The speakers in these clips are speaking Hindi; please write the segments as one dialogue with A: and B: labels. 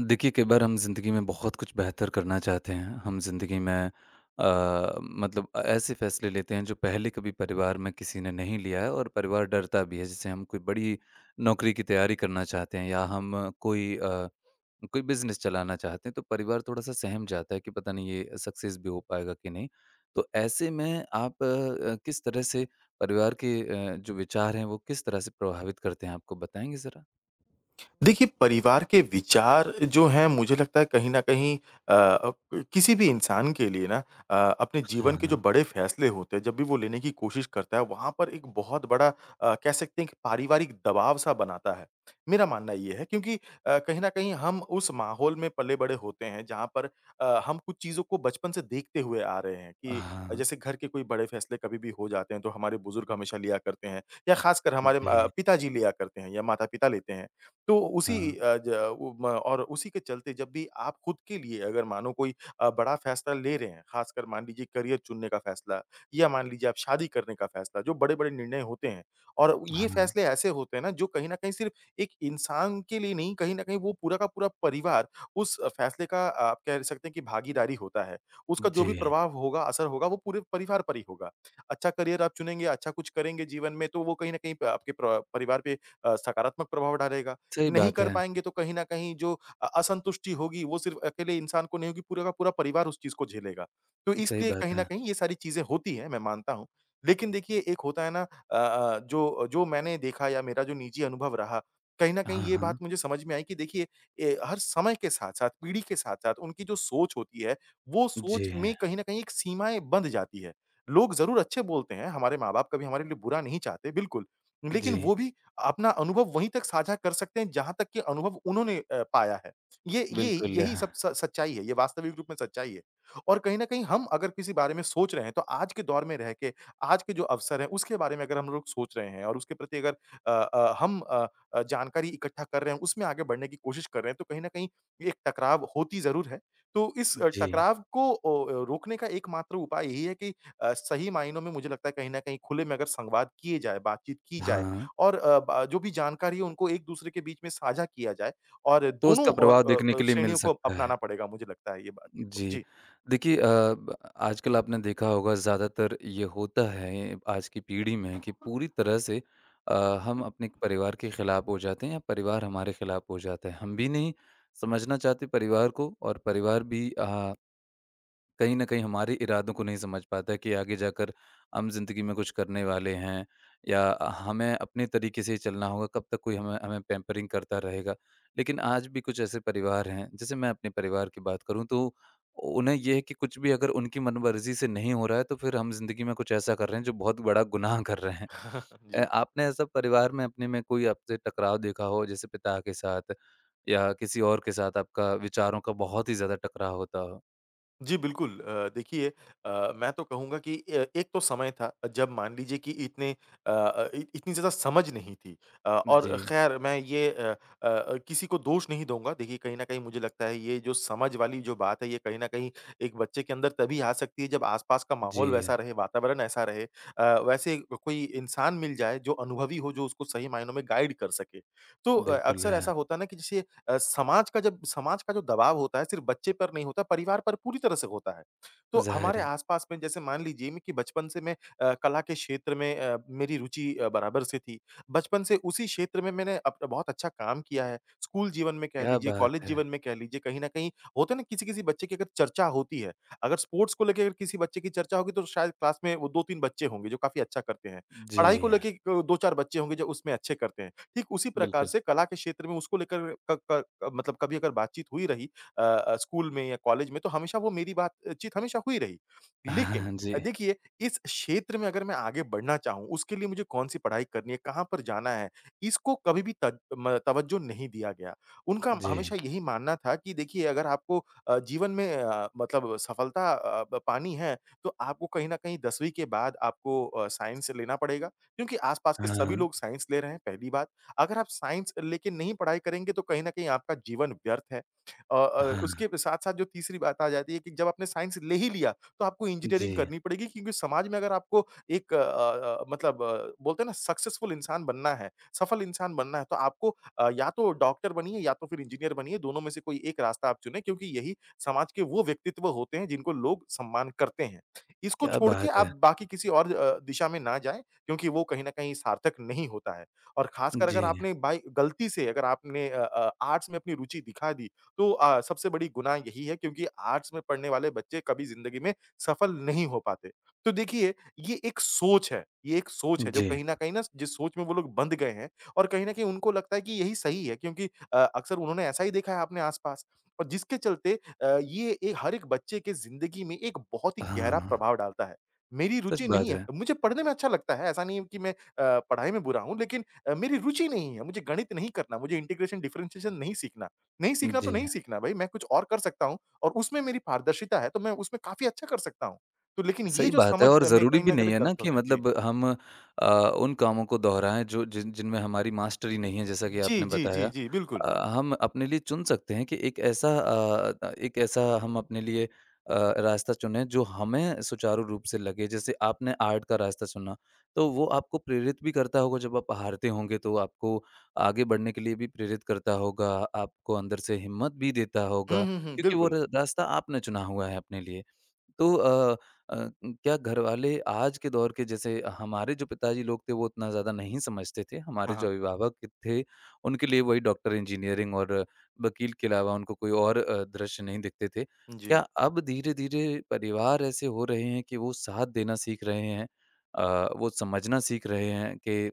A: देखिए, कई बार हम ज़िंदगी में बहुत कुछ बेहतर करना चाहते हैं। हम ज़िंदगी में अ, मतलब ऐसे फ़ैसले लेते हैं जो पहले कभी परिवार में किसी ने नहीं लिया है और परिवार डरता भी है। जैसे हम कोई बड़ी नौकरी की तैयारी करना चाहते हैं या हम कोई अ, कोई बिज़नेस चलाना चाहते हैं, तो परिवार थोड़ा-सा सहम जाता है कि पता नहीं ये सक्सेस भी हो पाएगा कि नहीं। तो ऐसे में आप किस तरह से परिवार के जो विचार हैं वो किस तरह से प्रभावित करते हैं, आपको बताएंगे ज़रा?
B: देखिए, परिवार के विचार जो हैं मुझे लगता है कहीं न कहीं अ अ, किसी भी इंसान के लिए ना अपने
A: अच्छा,
B: जीवन के जो
A: हाँ।
B: बड़े फ़ैसले होते हैं जब भी वो लेने की कोशिश करता है वहाँ पर एक बहुत बड़ा कह सकते हैं कि पारिवारिक दबाव सा बनाता है। मेरा मानना ये है क्योंकि कहीं न कहीं हम उस माहौल में पले-बड़े होते हैं जहाँ पर हम कुछ चीज़ों को बचपन से देखते हुए आ रहे हैं कि
A: हाँ।
B: जैसे घर के कोई बड़े फ़ैसले कभी भी हो जाते हैं तो हमारे बुज़ुर्ग हमेशा लिया करते हैं या ख़ासकर हमारे
A: जी,
B: पिताजी लिया करते हैं या माता-पिता लेते हैं। तो उसी
A: हाँ।
B: अ, ज उ म और उसी के चलते जब भी आप खुद के लिए अगर मानो कोई बड़ा फैसला ले रहे हैं, ख़ासकर मान लीजिए करियर चुनने का फैसला या मान लीजिए आप शादी करने का फैसला, जो बड़े-बड़े निर्णय होते हैं और ये
A: हाँ,
B: फैसले ऐसे होते हैं ना जो कहीं न कहीं सिर्फ़ एक इंसान के लिए नहीं, कहीं न कहीं वो पूरा का पूरा परिवार उस फैसले का आप कह सकते हैं कि भागीदारी होता है। उसका जो भी
A: जी,
B: प्रभाव होगा, असर होगा वो पूरे परिवार पर ही होगा। अच्छा करियर आप चुनेंगे, अच्छा कुछ करेंगे जीवन में तो वो कहीं न कहीं प आपके प्र परिवार पे सकारात्मक प्रभाव डालेगा।
A: सही
B: नहीं
A: बात
B: कर
A: है,
B: पाएँगे तो कहीं न कहीं जो असंतुष्टि होगी वो सिर्फ़ अकेले इंसान को नहीं होगी, पूरा का पूरा परिवार उस चीज़ को झेलेगा। तो
A: सही
B: इसलिए
A: बात
B: कहीं न
A: है।
B: कहीं ये सारी चीज़ें होती हैं, मैं मानता हूँ। लेकिन देखिए एक होता है ना जो जो मैंने देखा या मेरा जो निजी अनुभव रहा, कहीं न कहीं
A: हाँ,
B: ये बात
A: हाँ,
B: मुझे समझ में आई कि देखिए हर समय के साथ-साथ, पीढ़ी के साथ-साथ उनकी जो सोच होती है, वो सोच
A: जी,
B: में कहीं न कहीं एक सीमाएँ बँध जाती है। लोग ज़रूर अच्छे बोलते हैं, हमारे माँ-बाप कभी हमारे लिए बुरा नहीं चाहते, बिल्कुल। लेकिन
A: जी,
B: वो भी अपना अनुभव वहीं तक साझा कर सकते हैं जहाँ तक कि अनुभव उन्होंने पाया है। ये
A: बिल्कुल,
B: यही सब स सच्चाई है, ये वास्तविक रूप में सच्चाई है। और कहीं न कहीं हम अगर किसी बारे में सोच रहे हैं तो आज के दौर में रह के, आज के जो अवसर हैं उसके बारे में अगर हम लोग सोच रहे हैं और उसके प्रति अगर हम जानकारी इकट्ठा कर रहे हैं, उसमें आगे बढ़ने की कोशिश कर रहे हैं तो कहीं न कहीं एक टकराव होती ज़रूर है। तो इस
A: जी,
B: टकराव को ओ रोकने का एकमात्र उपाय यही है कि सही मायनों में मुझे लगता है कहीं न कहीं खुले में अगर संवाद किए जाएँ, बातचीत की जाए
A: हाँ,
B: और अ, ब जो भी जानकारी है उनको एक-दूसरे के बीच में साझा किया जाए और
A: तो
B: दोनों
A: उसका प्रभाव देखने के लिए मिल
B: श्रेणियों को
A: सकता है।
B: अपनाना पड़ेगा मुझे लगता है ये बातचीत को।
A: जी,
B: जी।
A: देखिए अ, ब आजकल आपने देखा होगा ज़्यादातर ये होता है आज की पीढ़ी में कि पूरी तरह से अ, हम अपने परिवार के खिलाफ हो जाते हैं या परिवार हमारे खिलाफ हो जाता है। हम भी नहीं समझना चाहते परिवार को और परिवार भी कहीं न कहीं हमारे इरादों को नहीं समझ पाता कि आगे जाकर हम ज़िंदगी में कुछ करने वाले हैं या हमें अपने तरीके से ही चलना होगा, कब तक कोई हमें हमें पैम्परिंग करता रहेगा। लेकिन आज भी कुछ ऐसे परिवार हैं, जैसे मैं अपने परिवार की बात करूँ तो उन्हें ये है कि कुछ भी अगर उनकी मनमर्ज़ी से नहीं हो रहा है, तो फिर हम ज़िंदगी में कुछ ऐसा कर रहे हैं जो बहुत बड़ा गुनाह कर रहे हैं।
B: जी।
A: आपने ऐसा परिवार में अपने में कोई आपसे टकराव देखा हो जैसे पिता के साथ या किसी और के साथ आपका विचारों का बहुत ही ज़्यादा टकराव होता हो?
B: जी, बिल्कुल। देखिए मैं तो कहूँगा कि एक तो समय था जब मान लीजिए कि इतने अ अ, इ इतनी ज़्यादा समझ नहीं थी
A: जी।
B: और ख़ैर मैं ये किसी को दोष नहीं दूँगा। देखिए कहीं न कहीं मुझे लगता है ये जो समझ वाली जो बात है ये कहीं न कहीं एक बच्चे के अंदर तभी आ सकती है जब आस-पास का
A: जी,
B: माहौल वैसा रहे, वातावरण ऐसा रहे। वैसे कोई इंसान मिल जाए जो अनुभवी हो, जो उसको सही मायनों में गाइड कर सके। तो
A: बिल्कुल
B: अक्सर
A: है,
B: ऐसा होता है ना कि जैसे समाज का जो दबाव होता है सिर्फ बच्चे पर नहीं होता, परिवार पर पूरी तरह से होता है। तो
A: ज़ाहिर
B: हमारे
A: है।
B: आस-पास में जैसे मान लीजिए मैं कि बचपन से मैं कला के क्षेत्र में मेरी रुचि बराबर से थी। बचपन से उसी क्षेत्र में मैंने अप बहुत अच्छा काम किया है। स्कूल जीवन में कह
A: क्या
B: लीजिए,
A: बात
B: कॉलेज
A: है!
B: जीवन में कह लीजिए, कहीं न कहीं होता है ना किसी-किसी बच्चे की अगर चर्चा होती है, अगर स्पोर्ट्स को लेके अगर किसी बच्चे की चर्चा होगी तो शायद क्लास में वो 2-3 बच्चे होंगे जो काफ़ी अच्छा करते हैं।
A: जी,
B: पढ़ाई को लेके 2-4 बच्चे होंगे जो उसमें अच्छे करते हैं। ठीक उसी प्रकार
A: बिल्कुल।
B: से कला के क्षेत्र में उसको लेकर क क क- मतलब कभी अगर बातचीत हुई रही स्कूल में या कॉलेज में तो हमेशा वो मेरी बातचीत हमेशा हुई रही। लेकिन
A: हाँ जी,
B: देखिए इस क्षेत्र में अगर मैं आगे बढ़ना चाहूँ, उसके लिए मुझे कौन-सी पढ़ाई करनी है, कहाँ पर जाना है, इसको कभी भी तज म तवज्जो नहीं दिया गया। उनका
A: जी।
B: हमेशा यही मानना था कि देखिए अगर आपको जीवन में मतलब सफलता अ, ब पानी है, तो आपको कहीं न कहीं 10वीं के बाद आपको साइंस लेना पड़ेगा, क्योंकि आस-पास के सभी
A: हाँ,
B: लोग साइंस ले रहे हैं, पहली बात। अगर आप साइंस लेके नहीं पढ़ाई करेंगे तो कहीं न कहीं आपका जीवन व्यर्थ है।
A: हाँ,
B: उसके साथ-साथ जो तीसरी बात आ जाती है कि जब आपने साइंस ले ही लिया तो आपको
A: जी,
B: इंजीनियरिंग करनी पड़ेगी क्योंकि समाज में अगर आपको एक मतलब बोलते हैं ना सक्सेसफुल इंसान बनना है, सफल इंसान बनना है तो आपको या तो डॉक्टर बनिए या तो फिर इंजीनियर बनिए, दोनों में से कोई एक रास्ता आप चुनें क्योंकि यही समाज के वो व्यक्तित्व होते हैं जिनको लोग सम्मान करते हैं। इसको
A: क्या
B: छोड़ के
A: बात
B: आप
A: है!
B: बाकी किसी और दिशा में ना जाएँ क्योंकि वो कहीं न कहीं सार्थक नहीं होता है। और ख़ासकर अगर
A: जी,
B: आपने बाई गलती से अगर आपने आर्ट्स में अपनी रुचि दिखा दी, तो सबसे बड़ी गुनाह यही है क्योंकि आर्ट्स में पढ़ने वाले बच्चे कभी ज़िंदगी में सफल नहीं हो पाते। तो देखिए, ये एक सोच है जो
A: जी,
B: कहीं न कहीं ना जिस सोच में वो लोग बँध गए हैं और कहीं न कहीं उनको लगता है कि यही सही है क्योंकि अक्सर उन्होंने ऐसा ही देखा है अपने आस-पास और जिसके चलते अ, ये ए हर एक बच्चे के ज़िंदगी में एक बहुत ही
A: हाँ,
B: गहरा प्रभाव डालता है। मेरी
A: सच
B: रुचि नहीं
A: बात
B: है,
A: है।
B: मुझे पढ़ने में अच्छा लगता है, ऐसा नहीं है कि मैं पढ़ाई में बुरा हूँ लेकिन मेरी रुचि नहीं है, मुझे गणित नहीं करना, मुझे इंटीग्रेशन डिफरेंशिएशन नहीं सीखना। नहीं सीखना तो नहीं
A: जी।
B: सीखना भई, मैं कुछ और कर सकता हूँ और उसमें मेरी पारदर्शिता है, तो मैं उसमें काफ़ी अच्छा कर सकता हूँ। तो लेकिन ये
A: सही
B: जो
A: बात है
B: समझ
A: और
B: में
A: ज़रूरी
B: कहीं
A: भी
B: न
A: नहीं
B: कहीं
A: है ना
B: गलत
A: कि
B: होते हैं। जी।
A: मतलब हम अ, उन कामों को दोहराएँ जो जिनमें हमारी मास्टरी नहीं है जैसा कि
B: जी,
A: आपने
B: जी, जी,
A: बताया।
B: जी, बिल्कुल।
A: हम अपने लिए चुन सकते हैं कि एक ऐसा हम अपने लिए रास्ता चुनें जो हमें सुचारू रूप से लगे। जैसे आपने आर्ट का रास्ता चुना, तो वो आपको प्रेरित भी करता होगा जब आप हारते होंगे तो आपको आगे बढ़ने के लिए भी प्रेरित करता होगा, आपको अंदर से हिम्मत भी देता
B: हुँ,
A: होगा
B: हुँ, हुँ,
A: क्योंकि वो
B: बिल्कुल।
A: र रास्ता आपने चुना हुआ है अपने लिए। तो अ, क्या घरवाले आज के दौर के जैसे हमारे जो पिताजी लोग थे वो उतना ज़्यादा नहीं समझते थे।
B: हाँ,
A: हमारे जो
B: हाँ।
A: अभिभावक थे उनके लिए वही डॉक्टर, इंजीनियरिंग और वकील के अलावा उनको कोई और दृश्य नहीं दिखते थे।
B: जी।
A: क्या अब धीरे-धीरे परिवार ऐसे हो रहे हैं कि वो साथ देना सीख रहे हैं वो समझना सीख रहे हैं कि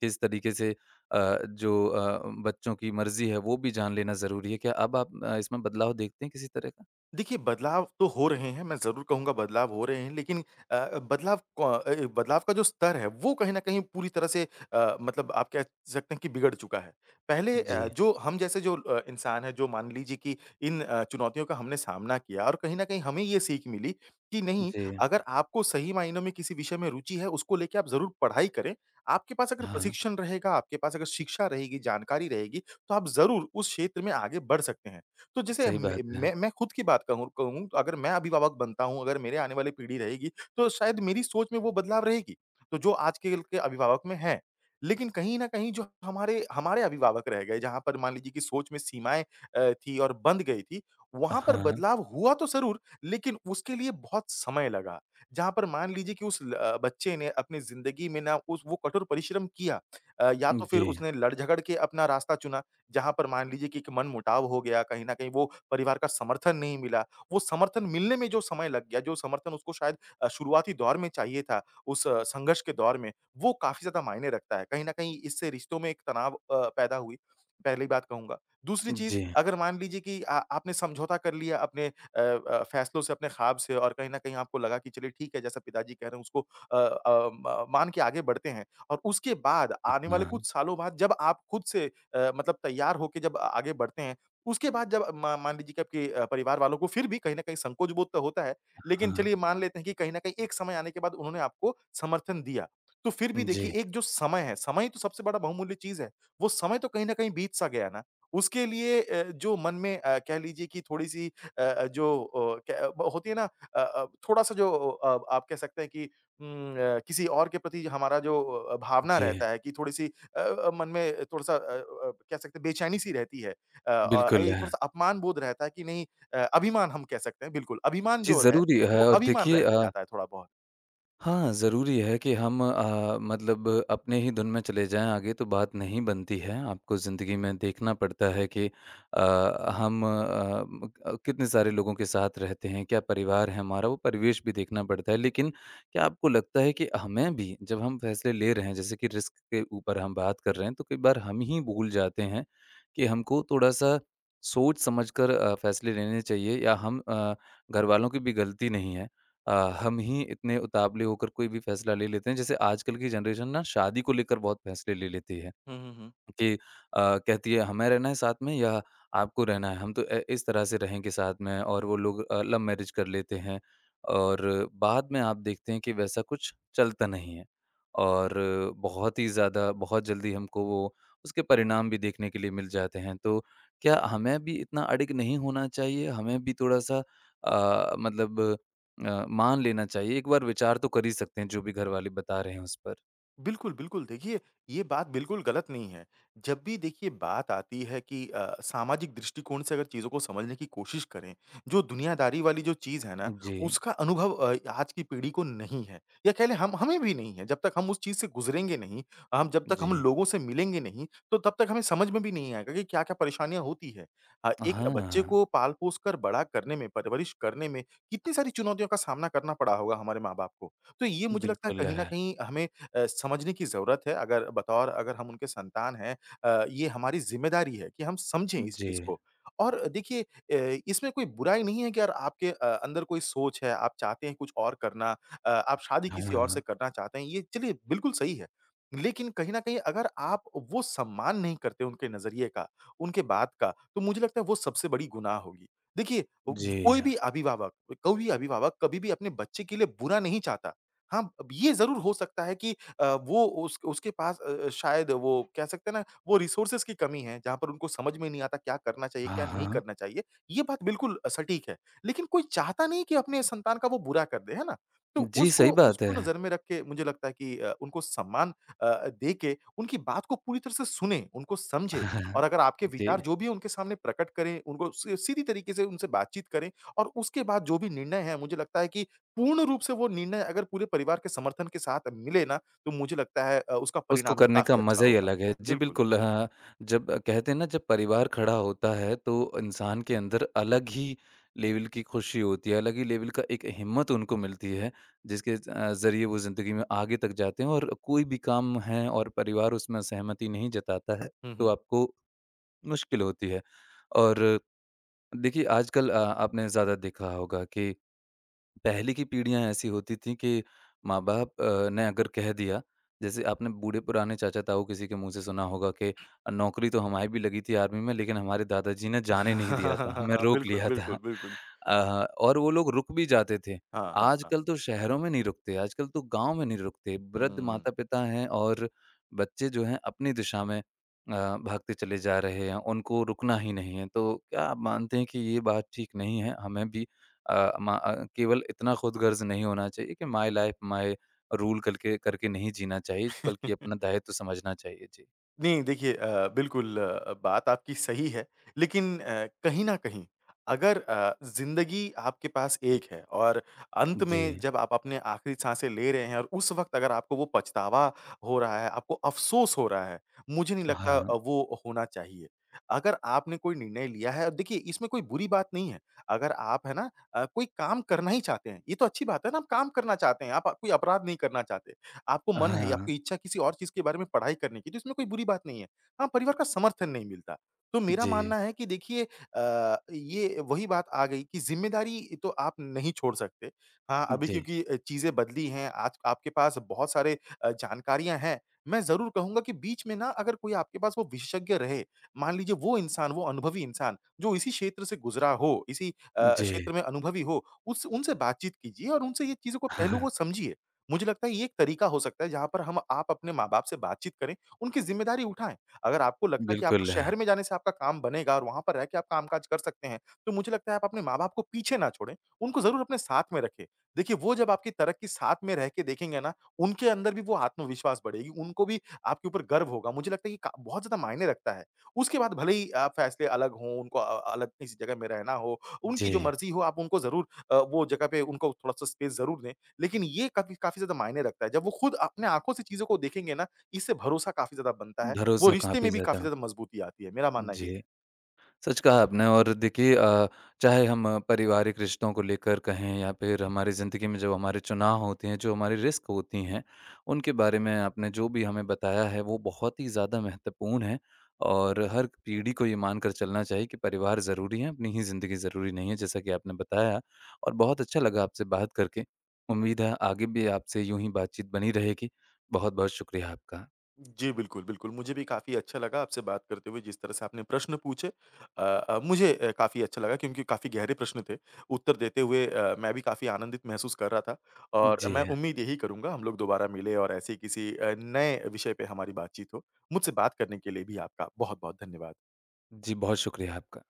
A: किस तरीके से जो बच्चों की मर्ज़ी है वो भी जान लेना ज़रूरी है। क्या अब आप इसमें बदलाव देखते हैं किसी तरह का?
B: देखिए, बदलाव तो हो रहे हैं, मैं ज़रूर कहूँगा बदलाव हो रहे हैं, लेकिन बदलाव का जो स्तर है, वो कहीं न कहीं पूरी तरह से मतलब आप कह सकते हैं कि बिगड़ चुका है। पहले
A: जी,
B: जो हम जैसे जो इंसान हैं, जो मान लीजिए कि इन चुनौतियों का हमने सामना किया और कहीं न कहीं हमें ये सीख मिली कि नहीं,
A: जी।
B: अगर आपको सही मायनों में किसी विषय में रुचि है, उसको लेके आप ज़रूर पढ़ाई करें। आपके पास अगर
A: हाँ,
B: प्रशिक्षण रहेगा, आपके पास अगर शिक्षा रहेगी, जानकारी रहेगी, तो आप ज़रूर उस क्षेत्र में आगे बढ़ सकते हैं। तो जैसे
A: सही
B: मे
A: बात है।
B: मैं खुद की बात कहूँ कहूँ तो अगर मैं अभिभावक बनता हूँ, अगर मेरे आने वाली पीढ़ी रहेगी, तो शायद मेरी सोच में वो बदलाव रहेगी। तो जो आज के अभिभावक में है। लेकिन कहीं न कहीं जो हमारे हमारे अभिभावक रह गए, जहाँ पर मान लीजिए कि सोच में सीमाएँ थी और बंध गई थी, वहाँ पर
A: हाँ,
B: बदलाव हुआ तो ज़रूर, लेकिन उसके लिए बहुत समय लगा। जहाँ पर मान लीजिए कि उस बच्चे ने अपनी ज़िंदगी में ना उस वो कठोर परिश्रम किया या तो फिर
A: जी।
B: उसने लड़-झगड़ के अपना रास्ता चुना। जहाँ पर मान लीजिए कि एक मनमुटाव हो गया, कहीं न कहीं वो परिवार का समर्थन नहीं मिला, वो समर्थन मिलने में जो समय लग गया, जो समर्थन उसको शायद शुरुआती दौर में चाहिए था, उस संघर्ष के दौर में, वो काफ़ी ज़्यादा मायने रखता है। कहीं न कहीं इससे रिश्तों में एक तनाव पैदा हुई, पहली बात कहूँगा। दूसरी चीज़,
A: जी।
B: अगर मान लीजिए कि आ आपने समझौता कर लिया अपने फैसलों से, अपने ख़्वाब से और कहीं न कहीं आपको लगा कि चलिए ठीक है, जैसा पिताजी कह रहे हैं उसको अ अ, म मान के आगे बढ़ते हैं और उसके बाद आने वाले
A: हाँ,
B: कुछ सालों बाद जब आप खुद से मतलब तैयार होके जब आ आगे बढ़ते हैं, उसके बाद जब मा मान लीजिए कि आपके परिवार वालों को फिर भी कहीं न कहीं संकोच बोध तो होता है, लेकिन
A: हाँ।
B: चलिए मान लेते हैं कि कहीं न कहीं एक समय आने के बाद उन्होंने आपको समर्थन दिया। तो फिर भी देखिए
A: जी,
B: एक जो समय है, समय ही तो सबसे बड़ा बहुमूल्य चीज़ है। वो समय तो कहीं न कहीं बीत सा गया ना। उसके लिए जो मन में कह लीजिए कि थोड़ी-सी जो क ब होती है ना थोड़ा-सा जो आप कह सकते हैं कि किसी और के प्रति हमारा जो भावना
A: जी।
B: रहता है कि थोड़ी-सी मन में थोड़ा-सा कह सकते हैं बेचैनी-सी रहती है।
A: बिल्कुल।
B: ये
A: है
B: थोड़ा-सा अपमान बोध रहता है कि नहीं अभिमान हम कह सकते हैं बिल्कुल, अभिमान
A: जी,
B: जो है,
A: ज़रूरी
B: वो
A: है और
B: अभिमान
A: देखिए
B: रह
A: अ
B: जाता है थोड़ा-बहुत।
A: हाँ, ज़रूरी है कि हम मतलब अपने ही धुन में चले जाएँ आगे तो बात नहीं बनती है। आपको ज़िंदगी में देखना पड़ता है कि अ, हम कितने सारे लोगों के साथ रहते हैं, क्या परिवार है हमारा, वो परिवेश भी देखना पड़ता है। लेकिन क्या आपको लगता है कि हमें भी जब हम फैसले ले रहे हैं, जैसे कि रिस्क के ऊपर हम बात कर रहे हैं, तो कई बार हम ही भूल जाते हैं कि हमको थोड़ा-सा सोच समझ कर फैसले लेने चाहिए या हम घरवालों की भी गलती नहीं है। अ, हम ही इतने उतावले होकर कोई भी फैसला ले लेते हैं। जैसे आजकल की जनरेशन ना शादी को लेकर बहुत फैसले ले लेती है।
B: हुँ, हुँ, हुँ।
A: कि अ, कहती है हमें रहना है साथ में या आपको रहना है हम तो इस तरह से रहेंगे साथ में और वो लोग लव मैरिज कर लेते हैं और बाद में आप देखते हैं कि वैसा कुछ चलता नहीं है और बहुत ही ज़्यादा बहुत जल्दी हमको वो उसके परिणाम भी देखने के लिए मिल जाते हैं तो क्या हमें भी इतना अड़िग नहीं होना चाहिए हमें भी थोड़ा सा मतलब मान लेना चाहिए एक बार विचार तो कर ही सकते हैं जो भी घर वाले बता रहे हैं उस पर।
B: बिल्कुल, बिल्कुल। देखिए, ये बात बिल्कुल गलत नहीं है। जब भी देखिए बात आती है कि सामाजिक दृष्टिकोण से अगर चीज़ों को समझने की कोशिश करें, जो दुनियादारी वाली जो चीज़ है ना,
A: जी।
B: उसका अनुभव आज की पीढ़ी को नहीं है या कह लें हम हमें भी नहीं है। जब तक हम उस चीज़ से गुज़रेंगे नहीं, हम जब तक हम
A: जी।
B: लोगों से मिलेंगे नहीं, तो तब तक हमें समझ में भी नहीं आएगा कि क्या-क्या परेशानियाँ होती हैं। एक बच्चे
A: हाँ।
B: को पाल-पोस कर बड़ा करने में, परवरिश करने में कितनी सारी चुनौतियों का सामना करना पड़ा होगा हमारे माँ-बाप को। तो ये मुझे लगता है
A: बिल्कुल,
B: कहीं न
A: है।
B: कहीं हमें समझने की ज़रूरत है। अगर हम उनके संतान हैं ये हमारी ज़िम्मेदारी है कि हम समझें इस
A: जी।
B: चीज़ को। और देखिए इसमें कोई बुराई नहीं है कि यार आपके अंदर कोई सोच है, आप चाहते हैं कुछ और करना आप शादी
A: हाँ,
B: किसी और से करना चाहते हैं, ये चलिए बिल्कुल सही है। लेकिन कहीं न कहीं अगर आप वो सम्मान नहीं करते उनके नज़रिए का, उनके बात का, तो मुझे लगता है वो सबसे बड़ी गुनाह होगी। देखिए
A: जी।
B: कोई भी अभिभावक कोई भी अभिभावक कभी भी अपने बच्चे के लिए बुरा नहीं चाहता। हाँ, अब ये ज़रूर हो सकता है कि वो उस उसके पास शायद वो कह सकते हैं ना, वो रिसोर्सेज़ की कमी है, जहाँ पर उनको समझ में नहीं आता क्या करना चाहिए,
A: हाँ,
B: क्या नहीं
A: हाँ।
B: करना चाहिए। ये बात बिल्कुल सटीक है। लेकिन कोई चाहता नहीं कि अपने संतान का वो बुरा कर दे, है ना? तो
A: जी,
B: उसको
A: सही बात
B: उसको
A: है।
B: नज़र में रख के मुझे लगता है कि उनको सम्मान दे के उनकी बात को पूरी तरह से सुनें, उनको समझें
A: हाँ,
B: और अगर आपके
A: जी,
B: विचार जो भी है उनके सामने प्रकट करें, उनको सी सीधी तरीके से उनसे बातचीत करें और उसके बाद जो भी निर्णय है, मुझे लगता है कि पूर्ण रूप से वो निर्णय अगर पूरे परिवार के समर्थन के साथ मिले ना, तो मुझे लगता है उसका
A: उसको
B: परिणाम भी
A: करने का
B: काफ़ी अच्छा
A: मज़ा ही
B: होगा।
A: अलग है। जी,
B: बिल्कुल।
A: बिल्कुल हाँ, जब कहते हैं ना जब परिवार खड़ा होता है तो इंसान के अंदर अलग ही लेवल की खुशी होती है, अलग ही लेवल का एक हिम्मत उनको मिलती है जिसके ज़रिए वो ज़िंदगी में आगे तक जाते हैं और कोई भी काम है और परिवार उसमें सहमति नहीं जताता है,
B: हुँ,
A: तो
B: हुँ।
A: आपको मुश्किल होती है और देखिए आजकल आपने ज़्यादा देखा होगा कि पहले की पीढ़ियाँ ऐसी होती थी कि माँ-बाप ने अगर कह दिया जैसे आपने बूढ़े-पुराने चाचा-ताऊ किसी के मुँह से सुना होगा कि नौकरी तो हमारी भी लगी थी आर्मी में लेकिन हमारे दादाजी ने जाने नहीं दिया था, हमें रोक
B: बिल्कुल,
A: लिया था।
B: बिल्कुल, बिल्कुल।
A: और वो लोग रुक भी जाते थे।
B: हाँ, हाँ, हाँ।
A: आजकल तो शहरों में नहीं रुकते, आजकल तो गाँव में नहीं रुकते। वृद्ध
B: हुँ।
A: माता-पिता हैं और बच्चे जो हैं अपनी दिशा में भागते चले जा रहे हैं, उनको रुकना ही नहीं है। तो क्या आप मानते हैं कि ये बात ठीक नहीं है? हमें भी केवल इतना खुदगर्ज़ नहीं होना चाहिए कि माय लाइफ माय रूल करके करके नहीं जीना चाहिए, बल्कि अपना दायित्व समझना चाहिए। जी।
B: नहीं, देखिए बिल्कुल बात आपकी सही है। लेकिन कहीं न कहीं अगर ज़िंदगी आपके पास एक है और अंत
A: जी।
B: में जब आप अपने आखिरी साँसें ले रहे हैं और उस वक़्त अगर आपको वो पछतावा हो रहा है, आपको अफ़सोस हो रहा है, मुझे नहीं लगता
A: हाँ।
B: वो होना चाहिए। अगर आपने कोई निर्णय लिया है और देखिए इसमें कोई बुरी बात नहीं है। अगर आप है ना कोई काम करना ही चाहते हैं, ये तो अच्छी बात है ना, आप काम करना चाहते हैं, आप कोई अपराध नहीं करना चाहते। आपको मन है,
A: हाँ।
B: आपकी इच्छा किसी और चीज़ के बारे में पढ़ाई करने की, तो इसमें कोई बुरी बात नहीं है। हाँ, परिवार का समर्थन नहीं मिलता। तो मेरा
A: जी।
B: मानना है कि देखिए ये वही बात आ गई कि ज़िम्मेदारी तो आप नहीं छोड़ सकते। हाँ, अभी
A: जी।
B: क्योंकि चीज़ें बदली हैं, आज आपके पास बहुत सारे जानकारियाँ हैं। मैं ज़रूर कहूँगा कि बीच में ना अगर कोई आपके पास वो विशेषज्ञ रहे, मान लीजिए वो इंसान, वो अनुभवी इंसान जो इसी क्षेत्र से गुज़रा हो, इसी
A: जी।
B: क्षेत्र में अनुभवी हो, उस उनसे बातचीत कीजिए और उनसे ये चीज़ों को पहलू
A: हाँ
B: को समझिए। मुझे लगता है ये एक तरीका हो सकता है जहाँ पर हम आप अपने माँ-बाप से बातचीत करें, उनकी ज़िम्मेदारी उठाएँ। अगर आपको लगता है कि आपको
A: बिल्कुल। है
B: शहर में जाने से आपका काम बनेगा और वहाँ पर रह के आप काम-काज कर सकते हैं, तो मुझे लगता है आप अपने माँ-बाप को पीछे ना छोड़ें, उनको ज़रूर अपने साथ में रखें। देखिए वो जब आपकी तरक्की साथ में रह के देखेंगे ना, उनके अंदर भी वो आत्मविश्वास बढ़ेगी, उनको भी आपके ऊपर गर्व होगा। मुझे लगता है ये का बहुत ज़्यादा मायने रखता है। उसके बाद भले ही फ़ैसले अलग हों, उनको अलग किसी जगह में रहना हो, उनकी
A: जी।
B: जो मर्ज़ी हो आप उनको ज़रूर वो जगह पे उनको थोड़ा-सा स्पेस ज़रूर दें। लेकिन ये काफ़ी काफ़ी ज़्यादा मायने रखता है। जब वो खुद अपने आँखों से चीज़ों को देखेंगे ना, इससे भरोसा काफ़ी ज़्यादा बनता है। वो
A: भरोसा
B: रिश्ते में
A: काफ़ी
B: भी काफ़ी
A: ज़्यादा।
B: ज़्यादा मज़बूती आती है, मेरा मानना ये है।
A: जी। सच कहा आपने और देखिए, चाहे हम पारिवारिक रिश्तों को लेकर कहें या फिर हमारी ज़िंदगी में जो हमारे चुनाव होते हैं, जो हमारी रिस्क होती हैं, उनके बारे में आपने जो भी हमें बताया है वो बहुत ही ज़्यादा महत्वपूर्ण है और हर पीढ़ी को ये मानकर चलना चाहिए कि परिवार ज़रूरी है, अपनी ही ज़िंदगी ज़रूरी नहीं है, जैसा कि आपने बताया और बहुत अच्छा लगा आपसे बात करके। उम्मीद है आगे भी आपसे यूँ ही बातचीत बनी रहेगी। बहुत-बहुत शुक्रिया आपका।
B: जी, बिल्कुल, बिल्कुल। मुझे भी काफ़ी अच्छा लगा आपसे बात करते हुए, जिस तरह से आपने प्रश्न पूछे मुझे काफ़ी अच्छा लगा क्योंकि काफ़ी गहरे प्रश्न थे। उत्तर देते हुए मैं भी काफ़ी आनंदित महसूस कर रहा था और मैं
A: जी,
B: उम्मीद यही करूँगा हम लोग दोबारा मिले और ऐसे ही किसी नए विषय पे हमारी बातचीत हो। मुझसे बात करने के लिए भी आपका बहुत-बहुत धन्यवाद।
A: जी बहुत शुक्रिया आपका।